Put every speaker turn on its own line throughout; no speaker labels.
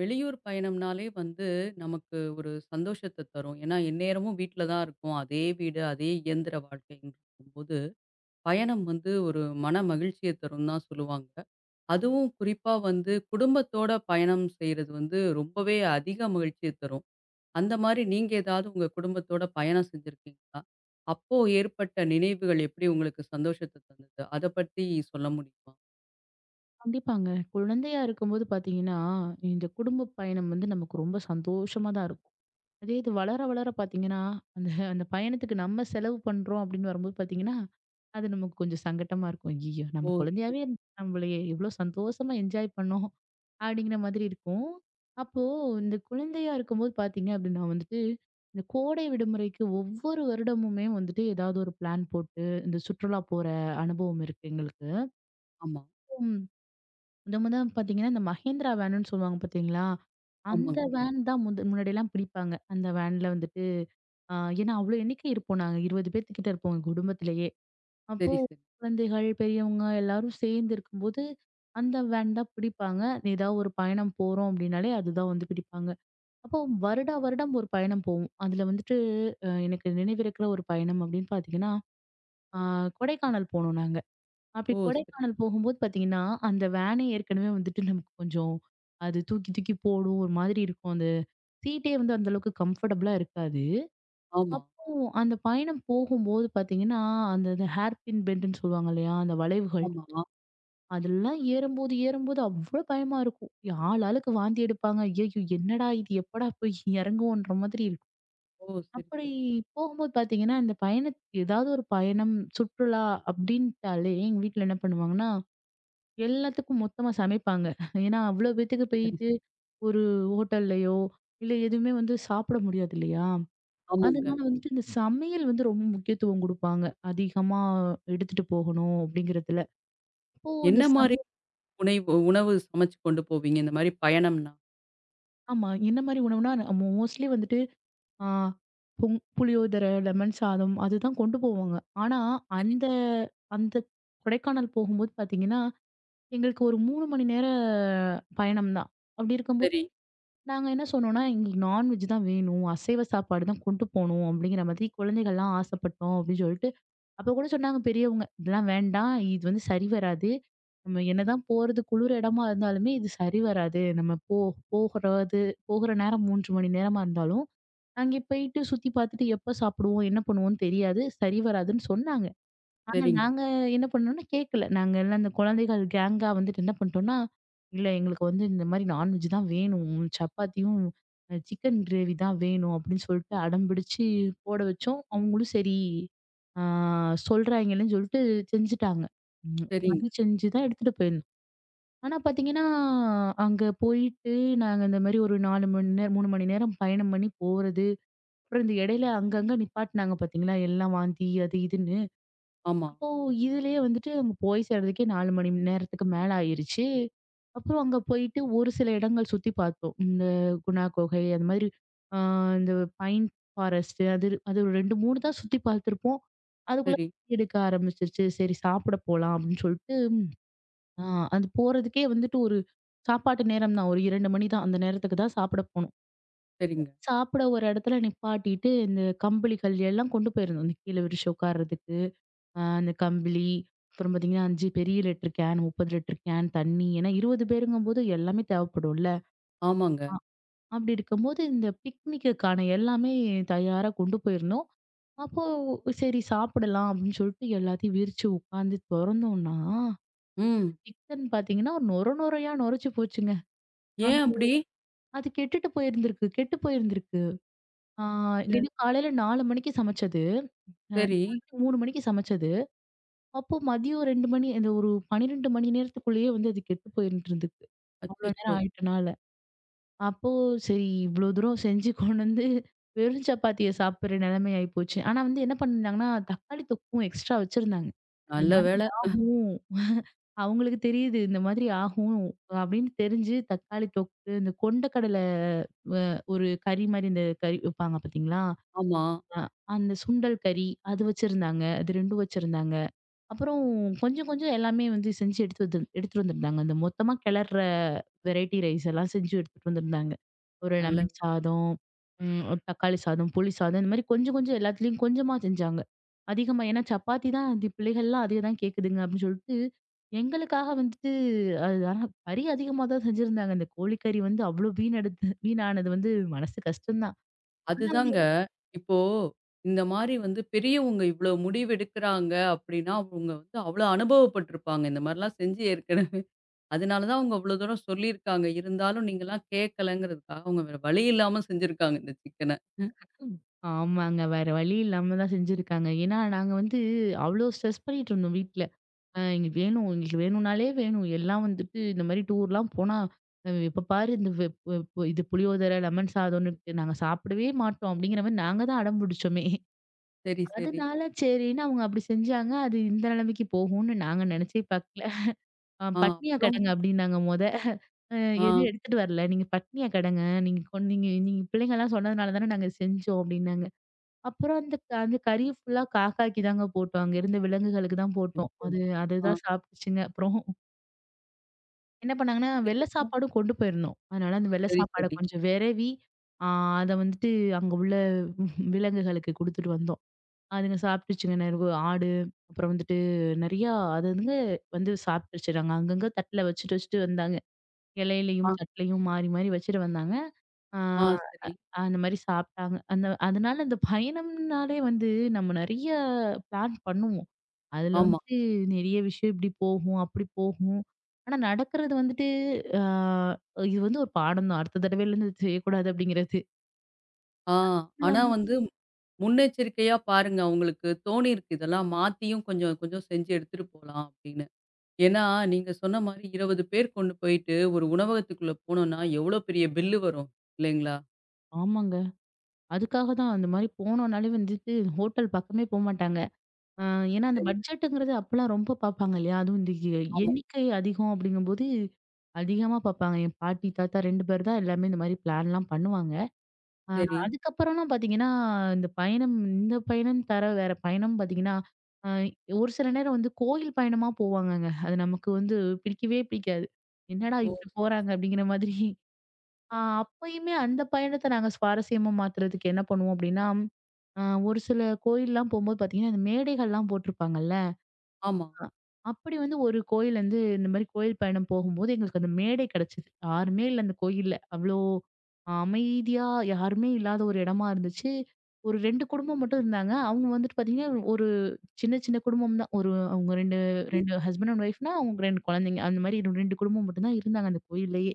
வெளியூர் பயணம்னாலே வந்து நமக்கு ஒரு சந்தோஷத்தை தரும். ஏன்னா, எந்நேரமும் வீட்ல தான் இருக்கோம். அதே வீடு, அதே இயந்திர வாழ்க்கைங்கும்போது, பயணம் வந்து ஒரு மன மகிழ்ச்சிய தரும்னு தான் சொல்லுவாங்க. அதுவும் குறிப்பா வந்து குடும்பத்தோட பயணம் செய்றது வந்து ரொம்பவே அதிக மகிழ்ச்சிய தரும். அந்த மாரி நீங்க ஏதாவது உங்க குடும்பத்தோட பயணம் செஞ்சிருக்கீங்களா? அப்போ ஏற்பட்ட நினைவுகள் எப்படி உங்களுக்கு சந்தோஷத்த தந்தது? அத பத்தி சொல்ல முடியுமா?
கண்டிப்பாங்க. குழந்தையா இருக்கும்போது பார்த்தீங்கன்னா, இந்த குடும்ப பயணம் வந்து நமக்கு ரொம்ப சந்தோஷமா தான் இருக்கும். அதே இது வளர வளர பார்த்தீங்கன்னா, அந்த அந்த பயணத்துக்கு நம்ம செலவு பண்றோம் அப்படின்னு வரும்போது பார்த்தீங்கன்னா, அது நமக்கு கொஞ்சம் சங்கட்டமா இருக்கும். ஐய்யய்யோ! நம்ம
ஓ! சரி.
குழந்தையாவே இருந்து நம்மளையே எவ்வளோ சந்தோஷமா என்ஜாய் பண்ணோம் அப்படிங்கிற மாதிரி இருக்கும். அப்போ இந்த குழந்தையா இருக்கும்போது பார்த்தீங்க அப்படின்னா வந்துட்டு, இந்த கோடை விடுமுறைக்கு ஒவ்வொரு வருடமுமே வந்துட்டு ஏதாவது ஒரு பிளான் போட்டு இந்த சுற்றுலா போற அனுபவம் இருக்கு எங்களுக்கு.
ஆமா.
ம். முத முத பார்த்தீங்கன்னா, இந்த மஹேந்திரா வேனுன்னு சொல்லுவாங்க பார்த்தீங்களா? அந்த
ஆமாங்க.
ஆமா. வேன் தான் முத முன்னாடிலாம் பிடிப்பாங்க. அந்த வேன்ல வந்துட்டு அ ஏன்னா அவ்ளோ எண்ணிக்கை இருப்போம் நாங்க. 20 பேத்துக்கிட்ட இருப்போம் எங்க குடும்பத்திலேயே. அப்போ
சரி, சரி.
குழந்தைகள், பெரியவங்க எல்லாரும் சேர்ந்து இருக்கும்போது, அந்த வேன் தான் பிடிப்பாங்க. ஏதாவது ஒரு பயணம் போறோம் அப்படின்னாலே அதுதான் வந்து பிடிப்பாங்க. அப்போ வருடா வருடம் ஒரு பயணம் போவோம். அதுல வந்துட்டு எனக்கு நினைவிருக்கிற ஒரு பயணம் அப்படின்னு பார்த்தீங்கன்னா, அ கொடைக்கானல் போனோம் நாங்க. அப்படி
ஓ! சரி.
கொடைக்கானல் போகும்போது பார்த்தீங்கன்னா, அந்த வேனே ஏற்கனவே வந்துட்டு நமக்கு கொஞ்சம் அது தூக்கி தூக்கி போடும். ஒரு மாதிரி இருக்கும். அந்த சீட்டே வந்து அந்த அளவுக்கு கம்ஃபர்டபுளா இருக்காது.
ஆமா,
அப்போ அந்த பயணம் போகும்போது பார்த்தீங்கன்னா, அந்த அந்த ஹேர் பின் பெண்டுன்னு சொல்லுவாங்க இல்லையா? அந்த வளைவுகள்.
ஆமா.
அதெல்லாம் ஏறும்போது, ஏறும்போது அவ்ளோ பயமா இருக்கும். ஆள் ஆளுக்கு வாந்தி எடுப்பாங்க. ஐயய்யோ! என்னடா இது? எப்படா போய் இறங்குவோன்ற மாதிரி இருக்கும்.
ஓ! சரி,
அப்படி
சரி,
போகும்போது பார்த்தீங்கன்னா, இந்த பயணத் ஏதாவது ஒரு பயணம், சுற்றுலா அப்படின்ட்டாலே எங்க வீட்ல என்ன பண்ணுவாங்கன்னா, எல்லாத்துக்கும் மொத்தமா சமைப்பாங்க. ஏன்னா, அவ்ளோ பேத்துக்கு
சரி.
போயிட்டு ஒரு ஹோட்டல்லயோ, இல்ல எதுவுமே வந்து சாப்பிட முடியாது இல்லையா?
ஆமாங்க.
அதனால வந்துட்டு இந்த சமையல் வந்து ரொம்ப முக்கியத்துவம் குடுப்பாங்க. அதிகமா எடுத்துட்டு போகணும் அப்படிங்கிறதுல. அப்போ இந்த
என்ன மாரி
சமையல்
உணவு சமைச்சு கொண்டு போவீங்க? இந்த மாரி பயணம்னா?
ஆமா. என்ன மாரி உணவுனா நம்ம மோஸ்ட்லி வந்துட்டு ஆ புளியோதரை, லெமன் சாதம் அதுதான் கொண்டு போவாங்க. ஆனா அந்த அந்த கொடைக்கானல் போகும்போது பார்த்தீங்கன்னா, எங்களுக்கு ஒரு 3 மணி நேர பயணம் தான். அப்படி இருக்கும்
சரி,
நாங்க என்ன சொன்னோம்னா, "எங்களுக்கு நான்வெஜ் தான் வேணும். அசைவ சாப்பாடு தான் கொண்டு போணும்." அப்படிங்கிற மாதிரி குழந்தைகள்லாம் ஆசைப்பட்டோம் அப்படின்னு சொல்லிட்டு அப்ப கூட சொன்னாங்க பெரியவங்க, "இதெல்லாம் வேண்டாம். இது வந்து சரி வராது. நம்ம என்னதான் போறது குளிர் இடமா இருந்தாலுமே இது சரி வராது. நம்ம போ போகிறது போகிற நேரம் 3 மணி நேரமா இருந்தாலும், அங்கே போயிட்டு சுத்தி பார்த்துட்டு எப்ப சாப்பிடுவோம், என்ன பண்ணுவோம்னு தெரியாது. சரி வராதுன்னு" சொன்னாங்க. ஆனா
சரிங்க,
நாங்க என்ன பண்ணோம்னா கேட்கல. நாங்க எல்லாம் அந்த குழந்தைகள் கேங்கா வந்துட்டு என்ன பண்ணிட்டோம்னா, இல்ல எங்களுக்கு வந்து இந்த மாரி நான்வெஜ் தான் வேணும். சப்பாத்தியும் சிக்கன் கிரேவி தான் வேணும் அப்படின்னு சொல்லிட்டு அடம் பிடிச்சு போட வச்சோம். அவங்களும் சரி ஆ சொல்றாய்ங்கன்னு சொல்லிட்டு செஞ்சுட்டாங்க. ம்.
சரிங்க.
மதியம் செஞ்சு தான் எடுத்துட்டு போயிருந்தோம். ஆனா பார்த்தீங்கன்னா, அங்க போயிட்டு நாங்க இந்த மாரி ஒரு 4 மணி நேரம் 3 மணி நேரம் பயணம் பண்ணி போறது. அப்புறம் இந்த இடையில அங்கங்க நிப்பாட்டினாங்க பார்த்தீங்களா, எல்லாம் வாந்தி அது இதுன்னு.
ஆமா.
அப்போ இதுலயே வந்துட்டு அங்க போய் சேர்றதுக்கே 4 மணி நேரத்துக்கு மேல ஆயிருச்சு. அப்புறம் அங்க போயிட்டு ஒரு சில இடங்கள் சுத்தி பார்த்தோம். இந்த குணா குகை அந்த மாதிரி ஆ இந்த பைன் ஃபாரஸ்ட் அது அது ஒரு 2, 3 தான் சுத்தி பார்த்துருப்போம். அதுக்குள்ள
சரி,
எடுக்க ஆரம்பிச்சிருச்சு. சரி சாப்பிட போலாம் அப்படின்னு சொல்லிட்டு, ஆ அது போறதுக்கே வந்துட்டு ஒரு சாப்பாட்டு நேரம் தான். ஒரு 2 மணி தான். அந்த நேரத்துக்கு தான் சாப்பிட போனோம்.
சரிங்க.
சாப்பிட ஒரு இடத்துல நிப்பாட்டிட்டு, இந்த கம்பளி கல் எல்லாம் கொண்டு போயிருந்தோம். இந்த கீழ விரிச்சு உட்கார்றதுக்கு. அந்த கம்பளி, அப்புறம் பார்த்தீங்கன்னா 5 பெரிய லிட்டர் கேன், 30 லிட்டர் கேன் தண்ணி. ஏன்னா 20 பேருங்கும்போது எல்லாமே தேவைப்படும்ல.
ஆமாங்க.
அப்படி இருக்கும்போது இந்த பிக்னிக்குக்கான எல்லாமே தயாரா கொண்டு போயிருந்தோம். அப்போ சரி சாப்பிடலாம் அப்படின்னு சொல்லிட்டு எல்லாத்தையும் விரிச்சு உட்காந்து தொறந்தோம்னா,
ம்.
சிக்கன் பார்த்தீங்கன்னா நொர நொரையா நொரைச்சு போச்சுங்க. ஆ
ஏன் அப்படி?
அது கெட்டு போயிருந்திருக்கு. ஆ
இல்ல.
எதுவும் காலையில 4 மணிக்கு சமைச்சது. அ
சரி.
3 மணிக்கு சமைச்சது. அப்போ மதியம் 2 மணி அந்த ஒரு 12 மணி நேரத்துக்குள்ளேயே வந்து அது கெட்டு போயிட்டு இருந்துச்சு. அவ்வளோ நேரம்
அச்சச்சோ!
ஆயிட்டனால. அப்போ சரி இவ்வளோ தூரம் செஞ்சு கொண்டு வந்து வெறும் சப்பாத்திய சாப்பிடுற நிலைமை ஆயிப்போச்சு. ஆனா வந்து என்ன பண்ணிருந்தாங்கன்னா, தக்காளி தொக்கும் எக்ஸ்ட்ரா வச்சிருந்தாங்க. இந்த
நல்ல
மாதிரி
வேள.
ஆகும். அவங்களுக்கு தெரியுது இந்த மாதிரி ஆகும் அப்படின்னு தெரிஞ்சு தக்காளி தொக்கு, இந்த கொண்டக்கடலை அ ஒரு கறி மாரி இந்த கறி வைப்பாங்க பார்த்தீங்களா?
ஆமா.
அ அந்த சுண்டல் கறி அது வச்சிருந்தாங்க. அது 2 வச்சிருந்தாங்க. அப்புறம் கொஞ்சம் கொஞ்சம் எல்லாமே வந்து செஞ்சு எடுத்து வந்து எடுத்துட்டு வந்திருந்தாங்க. அந்த மொத்தமா கிளர்ற வெரைட்டி ரைஸ் எல்லாம் செஞ்சு எடுத்துட்டு வந்திருந்தாங்க. ஒரு
நல்ல வே-
லெமன் சாதம், ஒரு தக்காளி சாதம், புளி சாதம் இந்த மாரி கொஞ்சம் கொஞ்சம் எல்லாத்துலயும் கொஞ்சமா செஞ்சாங்க. அதிகமா ஏன்னா சப்பாத்தி தான் இந்த பிள்ளைகள்லாம் அதே தான் கேட்குதுங்க அப்படின்னு சொல்லிட்டு, எங்களுக்காக வந்துட்டு அது ஆனா கறி அதிகமா தான் செஞ்சிருந்தாங்க. அந்த கோழிக்கறி வந்து அவ்வளோ வீணெடுத்து வீணானது வந்து மனசு கஷ்டம்தான். ஆனா வந்து
அதுதாங்க. இப்போ இந்த மாரி வந்து பெரியவங்க இவ்வளோ முடிவெடுக்குறாங்க அப்படின்னா, அவங்க வந்து அவ்வளோ அனுபவப்பட்டுருப்பாங்க. இந்த மாரிலாம் செஞ்சு ஏற்கனவே அதனால தான் அவங்க அவ்வளோ தூரம் சொல்லியிருக்காங்க. இருந்தாலும் நீங்கலாம் கேட்கலங்கிறதுக்காக அவங்க வேற வழி இல்லாம செஞ்சிருக்காங்க இந்த சிக்கன.
ஆமாங்க. வேற வழி இல்லாம தான் செஞ்சிருக்காங்க. ஏன்னா, நாங்க வந்து அவ்ளோ ஸ்ட்ரெஸ் பண்ணிட்டு இருந்தோம் வீட்ல. எங்களுக்கு வேணும், எங்களுக்கு வேணும்னாலே வேணும். எல்லாம் வந்துட்டு இந்த மாரி டூர்லாம் போனா, "எப்ப பாரு இந்த வெ பு பு இது புளியோதரை, லெமன் சாதம்னு இருக்கு. நாங்க சாப்பிடவே மாட்டோம்." அப்படிங்கிற மாரி நாங்க தான் அடம் பிடிச்சோமே.
சரி, சரி.
அதனால சரின்னு அவங்க அப்படி செஞ்சாங்க. அது இந்த நிலைமைக்கு போகும்னு நாங்க நினைச்சே பார்க்கல.
ஆ
பட்னியா
அப்புறம்?
கெடங்க" அப்படின்னாங்க மொத. "அ
ஆ.
எதுவும் எடுத்துட்டு வரல. நீங்க பட்னியா கெடங்க. நீங்க நீங்க பிள்ளைங்கலாம் சொன்னதுனால தானே நாங்க செஞ்சோம்." அப்படின்னாங்க. அப்புறம் அந்த கறிய ஃபுல்லா காக்காக்கு தாங்க போட்டோம். அங்க இருந்த விலங்குகளுக்கு தான் போட்டோம்.
அச்சோ!
அது
ஆ.
அதுதான் சாப்பிட்டுச்சுங்க. அப்புறம் என்ன பண்ணாங்கன்னா, வெள்ள
அதுக்கப்புறம்?
சாப்பாடும் கொண்டு போயிருந்தோம். அதனால அந்த வெள்ள
சரி,
சாப்பாட
சரி.
கொஞ்சம் வெரவி, ஆ அத வந்துட்டு அங்க உள்ள விலங்குகளுக்கு குடுத்துட்டு வந்தோம். அதுங்க சாப்பிட்டுச்சுங்க. நெறவு ஆடு, அப்புறம் வந்துட்டு நெறையா அது அதுங்க வந்து சாப்பிட்டுருச்சு. நாங்க அங்கங்க தட்டுல வச்சுட்டு வச்சுட்டு வந்தாங்க.
ஆ,
இலையிலயும், தட்டுலயும் மாறி மாறி வச்சுட்டு வந்தாங்க. ஆ
ஆ சரி.
அந்த மாரி சாப்பிட்டாங்க. அந்த அதனால இந்த பயணம்னாலே வந்து நம்ம நெறைய பிளான் பண்ணுவோம். அதுல
ஆமா.
வந்து நெறைய விஷயம் இப்படி போகும், அப்படி போகும். ஆனா நடக்கிறது வந்துட்டு ஆ இது வந்து ஒரு பாடம் தான். அடுத்த தடவையிலருந்து இது செய்யக்கூடாது அப்படிங்கிறது.
ஆ ஆனா
எல்லாமே
வந்து முன்னெச்சரிக்கையா பாருங்க. உங்களுக்கு தோணியிருக்கு இதெல்லாம் மாத்தியும் கொஞ்சம் கொஞ்சம் செஞ்சு எடுத்துட்டு போலாம் அப்படின்னு. ஏன்னா நீங்க சொன்ன மாரி 20 பேர் கொண்டு போயிட்டு ஒரு உணவகத்துக்குள்ள போனோம்னா எவ்வளோ பெரிய பில்லு வரும் இல்லைங்களா?
ஆமாங்க. அதுக்காக தான் அந்த மாரி போனோம்னாலே வந்துட்டு ஹோட்டல் பக்கமே போமாட்டாங்க. ஆ ஏன்னா அந்த
சரி, சரி.
பட்ஜெட்டுங்கிறது அப்பலாம் ரொம்ப பார்ப்பாங்க இல்லையா? அதுவும் இந்த
ஆமா.
எண்ணிக்கை அதிகம் அப்படிங்கும்போது அதிகமா பார்ப்பாங்க. என் பாட்டி, தாத்தா 2 பேர் தான் எல்லாமே இந்த மாரி பிளான்லாம் பண்ணுவாங்க. ஆ
சரி.
அதுக்கப்புறம்லாம் பார்த்தீங்கன்னா, இந்த பயணம் இந்த பயணம் தர வேற பயணம் பார்த்தீங்கன்னா, அ ஒரு சில நேரம் வந்து கோயில் பயணமா போவாங்கங்க. அது நமக்கு வந்து பிடிக்கவே பிடிக்காது. என்னடா
ஓ!
இப்படி போறாங்க அப்படிங்கிற மாதிரி. ஆ அப்பயுமே அந்த பயணத்த நாங்க சுவாரஸ்யமா மாத்துறதுக்கு என்ன பண்ணுவோம் அப்படின்னா, அ ஒரு சில கோயில்லாம் போம்போது பார்த்தீங்கன்னா, இந்த மேடைகள்லாம் போட்டிருப்பாங்கல்ல.
ஆமா.
அ அப்படி வந்து ஒரு கோயில் வந்து இந்த மாரி கோயில் பயணம் போகும்போது எங்களுக்கு அந்த மேடை கிடைச்சது. யாருமே இல்ல அந்த கோயில்ல. அவ்ளோ அமைதியா யாருமே இல்லாத ஒரு இடமா இருந்துச்சு. ஒரு 2 குடும்பம் மட்டும் இருந்தாங்க. அவங்க வந்துட்டு பார்த்தீங்கன்னா, ஒரு சின்ன சின்ன குடும்பம் தான். ஒரு அவங்க 2
சரி.
2 ஹஸ்பண்ட் அண்ட் ஒய்ஃப்னா அவங்க 2 குழந்தைங்க. அந்த மாரி 2 குடும்பம் மட்டும் தான் இருந்தாங்க அந்த கோயில்லயே.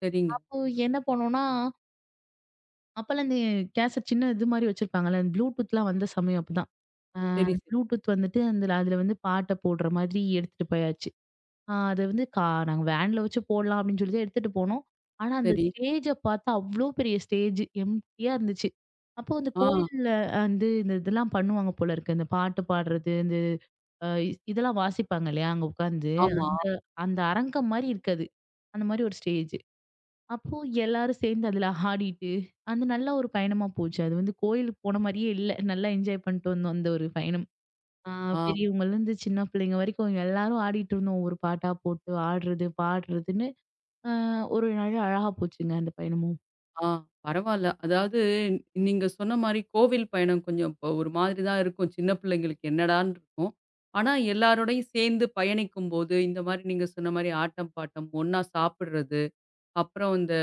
சரிங்க.
அப்போ என்ன பண்ணோம்னா, அப்பலாம் இந்த கேசட் சின்ன இது மாரி வச்சிருப்பாங்கல்ல. அந்த ப்ளூடூத்லாம் வந்த சமயம் அப்பதான். அ
சரி, சரி,
ப்ளூடூத் வந்துட்டு அதுல அதுல வந்து பாட்ட போடுற மாதிரி எடுத்துட்டு போயாச்சு. ஆ அது வந்து கா நாங்க வேன்ல வச்சு போடலாம் அப்படின்னு சொல்லி தான் எடுத்துட்டு போனோம். ஆனா, அந்த
சரி.
ஸ்டேஜ பார்த்தா அவ்ளோ பெரிய ஸ்டேஜ் எம்ப்டியா இருந்துச்சு. அப்போ அந்த
ஆ,
கோயில்ல வந்து இந்த இதெல்லாம் பண்ணுவாங்க போல இருக்கு. இந்த பாட்டு பாடுறது, இந்த அ இதெல்லாம் வாசிப்பாங்க இல்லையா? அங்க உட்காந்து.
ஆமா.
அந்த அந்த அரங்கம் மாரி இருக்கு அது. அந்த மாரி ஒரு ஸ்டேஜ். அப்போ எல்லாரும் சேர்ந்து அதுல ஆடிட்டு, அது நல்ல ஒரு பயணமா போச்சு. அது வந்து கோயிலுக்கு போன மாரியே இல்ல. நல்லா என்ஜாய் பண்ணிட்டு வந்தோம் அந்த ஒரு பயணம். ஆ
ஆ,
பெரியவங்கலேருந்து சின்ன பிள்ளைங்க வரைக்கும் எல்லாரும் ஆடிட்டு இருந்தோம். ஒரு பாட்டா போட்டு ஆடுறது, பாடுறதுன்னு. அ ஒரு நாள் அழகா போச்சுங்க அந்த பயணமும்.
ஆ. பரவால்ல. அதாவது நீங்க சொன்ன மாரி கோவில் பயணம் கொஞ்சம் இப்ப ஒரு மாதிரி தான் இருக்கும். சின்ன பிள்ளைங்களுக்கு என்னடான்னு இருக்கும். ஆனா, எல்லாரோடையும் சேர்ந்து பயணிக்கும்போது, இந்த மாரி நீங்க சொன்ன மாரி ஆட்டம், பாட்டம், ஒண்ணா சாப்பிடுறது, அப்புறம் இந்த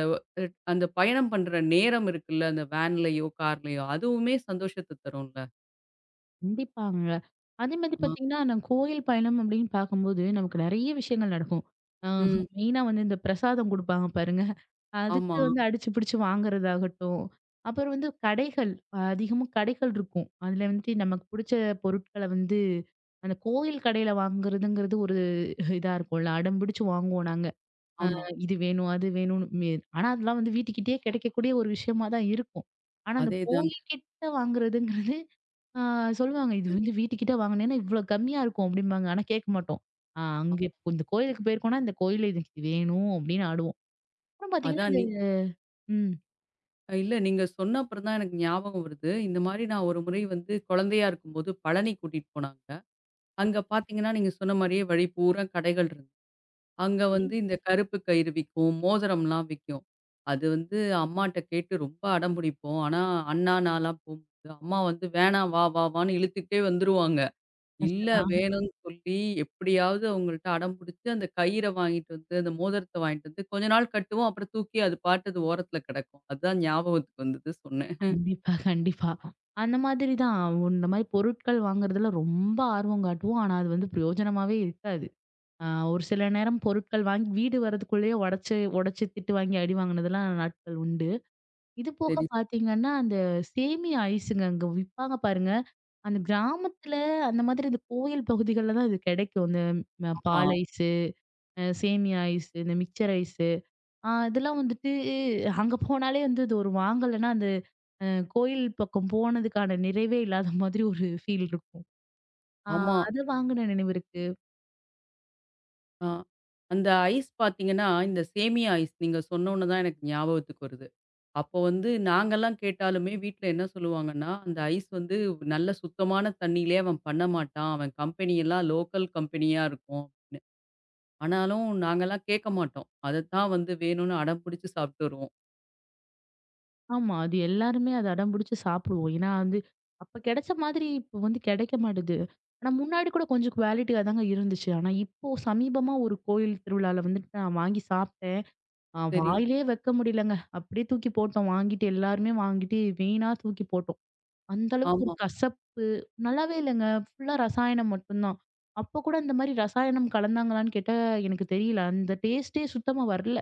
அ அந்த பயணம் பண்ற நேரம் இருக்குல்ல, அந்த வேன்லயோ, கார்லயோ, அதுவுமே சந்தோஷத்த தரும்ல.
கண்டிப்பாங்க. அதே மாதிரி
ஆ,
பார்த்தீங்கன்னா, நான் கோயில் பயணம் அப்படின்னு பார்க்கும்போது நமக்கு நெறைய விஷயங்கள் நடக்கும். அ
ம்.
மெயினா வந்து இந்த பிரசாதம் குடுப்பாங்க பாருங்க. அதுக்கு
ஆமா,
வந்து அடிச்சு பிடிச்சு வாங்குறதாகட்டும். அப்புறம் வந்து கடைகள், அதிகமா கடைகள் இருக்கும். அதுல வந்துட்டு நமக்கு புடிச்ச பொருட்கள வந்து அந்த கோயில் கடையில வாங்குறதுங்கிறது ஒரு இதா இருக்கும்ல. அடம் பிடிச்சு வாங்குவோம் நாங்க. அ
ஆமா.
இது வேணும், அது வேணும்னு மே ஆனா அதெல்லாம் வந்து வீட்டுக்கிட்டயே கிடைக்கக்கூடிய ஒரு விஷயமா தான் இருக்கும். ஆனா அந்த
அதேதாங்க.
போகிக்கிட்ட வாங்குறதுங்கிறது அ சொல்லுவாங்க, "இது வந்து வீட்டுக்கிட்ட வாங்குனேன்னா இவ்ளோ கம்மியா இருக்கும்" அப்படிம்பாங்க. ஆனா கேட்க மாட்டோம்.
அ
அங்க இப்போ இந்த கோயிலுக்கு போயிருக்கோம்னா, இந்த கோயில்ல இது இது வேணும் அப்படின்னு ஆடுவோம். அப்புறம் பார்த்தீங்கன்னா,
அதான்
இந்த
நீ
ம்.
இல்ல நீங்க சொன்ன அப்புறம் தான் எனக்கு ஞாபகம் வருது. இந்த மாரி நான் ஒரு முறை வந்து குழந்தையா இருக்கும்போது பழனி கூட்டிட்டு போனாங்க. அங்க பார்த்தீங்கன்னா, நீங்க சொன்ன மாரியே வழி பூரா கடைகள் இருந்துது. அங்க வந்து இந்த கருப்பு கயிறு விக்கும், மோதிரம்லாம் விக்கும். அது வந்து அம்மாட்ட கேட்டு ரொம்ப அடம் பிடிப்போம். ஆனா, அண்ணா நான்லாம் போம்போது அம்மா வந்து "வேணாம் வா, வா, வான்னு" இழுத்துக்கிட்டே வந்துருவாங்க. இல்ல
மசரா
வேணும்னு சொல்லி எப்படியாவது அவங்கள்ட்ட அடம் பிடிச்சு அந்த கயிற வாங்கிட்டு வந்து, அந்த மோதிரத்த வாங்கிட்டு வந்து கொஞ்ச நாள் கட்டுவோம். அப்புறம் தூக்கி அது பாட்டு அது ஓரத்துல கிடக்கும். அதுதான் ஞாபகத்துக்கு வந்தது சொன்னேன்.
கண்டிப்பா, கண்டிப்பா. அந்த மாதிரி தான். இந்த மாரி பொருட்கள் வாங்குறதுல ரொம்ப ஆர்வம் காட்டுவோம். ஆனா அது வந்து பிரயோஜனமாவே இருக்காது. ஒரு சில நேரம் பொருட்கள் வாங்கி வீடு வரதுக்குள்ளேயே உடைச்சு உடைச்சு திட்டு வாங்கி அடி வாங்கினதெல்லாம் நாட்கள் உண்டு. இது போக
சரி.
பார்த்தீங்கன்னா, அந்த சேமியா ஐஸுங்க அங்க விப்பாங்க பாருங்க. அந்த கிராமத்துல அந்த மாதிரி இந்த கோயில் பகுதிகள்ல தான் இது கிடைக்கும். இந்த
ஆமா,
பால் ஐஸு, சேமியா ஐஸு, இந்த மிக்சர் ஐஸு. இதெல்லாம் வந்துட்டு அங்க போனாலே வந்து இது ஒரு வாங்கலன்னா, அந்த அ கோயில் பக்கம் போனதுக்கான நிறைவே இல்லாத மாதிரி ஒரு ஃபீல் இருக்கும். ஆ
ஆமா.
அது வாங்குன நினைவு இருக்கு.
ஆ அந்த ஐஸ் பார்த்தீங்கன்னா, இந்த சேமியா ஐஸ் நீங்க சொன்னோன தான் எனக்கு ஞாபகத்துக்கு வருது. அப்போ வந்து நாங்கலாம் கேட்டாலுமே வீட்ல என்ன சொல்லுவாங்கன்னா, அந்த ஐஸ் வந்து நல்ல சுத்தமான தண்ணீலே அவன் பண்ண மாட்டான். அவன் கம்பெனியெல்லாம் லோக்கல் கம்பெனியா இருக்கும் அப்படின்னு. ஆனாலும் நாங்கலாம் கேட்க மாட்டோம். அதத்தான் வந்து வேணும்னு அடம் பிடிச்சு சாப்பிட்டு வருவோம்.
ஆமா. அது எல்லாருமே அத அடம்பிடிச்சு சாப்பிடுவோம். ஏன்னா வந்து, அப்ப கிடைச்ச மாதிரி இப்ப வந்து கிடைக்க மாட்டுது. ஆனா முன்னாடி கூட கொஞ்சம் குவாலிட்டியா தாங்க இருந்துச்சு. ஆனா இப்போ சமீபமா ஒரு கோயில் திருவிழால வந்துட்டு நான் வாங்கி சாப்பிட்டேன்.
சரி.
வாயிலே வைக்க முடியலங்க. அப்படியே தூக்கி போட்டோம். எல்லாருமே வாங்கிட்டு வீணா தூக்கி போட்டோம். அந்த அளவுக்கு
ஆமா.
ஒரு கசப்பு. நல்லாவே இல்லங்க. ஃபுல்லா ரசாயனம் மட்டும்தான். அப்ப கூட இந்த மாரி ரசாயனம் கலந்தாங்களான்னு கேட்டா எனக்கு தெரியல. அந்த டேஸ்ட்டே சுத்தமா வரல.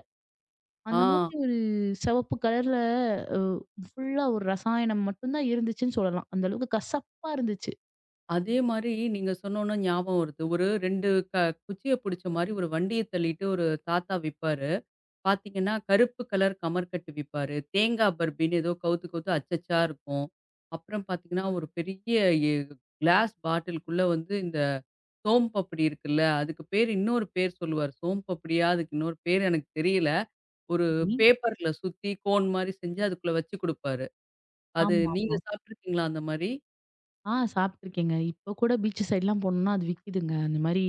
ஆ
அந்த மாதிரி ஒரு சிவப்பு கலர்ல அ ஃபுல்லா ஒரு ரசாயனம் மட்டும் தான் இருந்துச்சுன்னு சொல்லலாம். அந்த அளவுக்கு கசப்பா இருந்துச்சு.
அதே மாரி நீங்க சொன்னோன ஞாபகம் வருது. ஒரு 2 குச்சிய பிடிச்ச மாரி ஒரு வண்டிய தள்ளிட்டு ஒரு தாத்தா விப்பாரு. பார்த்தீங்கன்னா, கருப்பு கலர் கமர்க்கட்டு விப்பாரு. தேங்காய் பர்பின்னு ஏதோ கவுத்து, கவுத்து அச்சச்சா இருக்கும். அப்புறம் பார்த்தீங்கன்னா, ஒரு பெரிய எ கிளாஸ் பாட்டிலுக்குள்ள வந்து இந்த சோம் பப்படி இருக்குல்ல, அதுக்கு பேர் இன்னொரு பேர் சொல்லுவாரு. சோம் பப்படியா? அதுக்கு இன்னொரு பேர் எனக்கு தெரியல. ஒரு
சரி.
பேப்பர்ல சுத்தி கோன் மாரி செஞ்சு அதுக்குள்ள வச்சு குடுப்பாரு. அது
ஆமா,
நீங்க
ஆமா.
சாப்பிட்டுருக்கீங்களா அந்த மாரி?
சாப்பிட்டுருக்கேங்க. இப்ப கூட பீச் சைட்லாம் போனோம்னா அது விக்குதுங்க. அந்த மாரி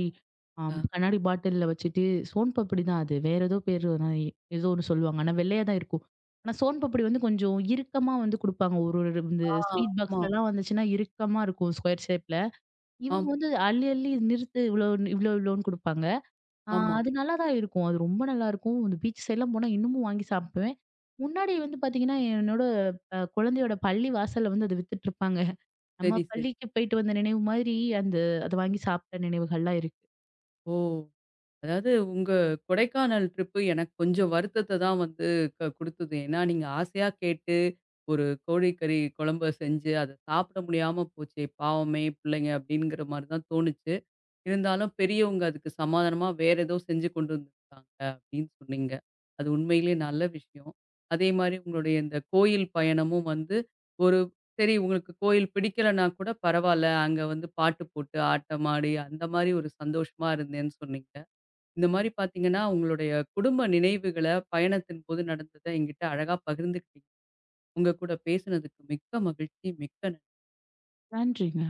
அ.
கண்ணாடி பாட்டில்ல வச்சுட்டு சோன் பப்படி தான் அது. வேற ஏதோ பேரு தான் ஏதோ ஒண்ணு சொல்லுவாங்க. ஆனா வெள்ளையா தான் இருக்கும். ஆனா சோன் பப்படி வந்து கொஞ்சம் இறுக்கமா வந்து குடுப்பாங்க. ஒரு ஒரு இந்த
ஆ,
ஸ்வீட்
ஆமா,
பாக்ஸ்லலாம் வந்துச்சுன்னா இறுக்கமா இருக்கும் ஸ்கொயர் ஷேப்ல. இவங்க
ஆமா,
வந்து அள்ளி அள்ளி நிறுத்து இவ்ளோ இவ்ளோ இவ்ளோன்னு குடுப்பாங்க. ஆ
ஆமா.
அது நல்லா தான் இருக்கும். அது ரொம்ப நல்லாருக்கும். அந்த பீச் சைட்லாம் போனா இன்னமும் வாங்கி சாப்பிடுவேன். முன்னாடி வந்து பார்த்தீங்கன்னா, என்னோட குழந்தையோட பள்ளி வாசல்ல வந்து அத வித்துட்ருப்பாங்க. நம்ம
சரி, சரி.
பள்ளிக்கு போயிட்டு வந்த நினைவு மாதிரி அந்த அத வாங்கி சாப்பிட்ட நினைவுகள்லாம் இருக்கு.
ஓ! அதாவது உங்க கொடைக்கானல் ட்ரிப்பு எனக்கு கொஞ்சம் வருத்தத்த தான் வந்து குடுத்தது. ஏன்னா, நீங்க ஆசையா கேட்டு ஒரு கோழிக்கறி குழம்ப செஞ்சு, அத சாப்பிட முடியாம போச்சே! பாவமே பிள்ளைங்க அப்டிங்கிற மாரி தான் தோணுச்சு. இருந்தாலும் பெரியவங்க அதுக்கு சமாதானமா வேற ஏதோ செஞ்சு கொண்டு வந்திருக்காங்க அப்டின்னு சொன்னீங்க. அது உண்மையிலேயே நல்ல விஷயம். அதே மாரி உங்களுடைய இந்த கோயில் பயணமும் வந்து ஒரு சரி உங்களுக்கு கோயில் பிடிக்கலன்னா கூட பரவால்ல. அங்க வந்து பாட்டு போட்டு ஆட்டமாடி அந்த மாரி ஒரு சந்தோஷமா இருந்தேன்னு சொன்னீங்க. இந்த மாரி பார்த்தீங்கன்னா, உங்களுடைய குடும்ப நினைவுகள பயணத்தின் போது நடந்தத என்கிட்ட அழகா பகிர்ந்துக்கிட்டீங்க. உங்க கூட பேசுனதுக்கு மிக்க மகிழ்ச்சி. மிக்க
நன்றிங்க.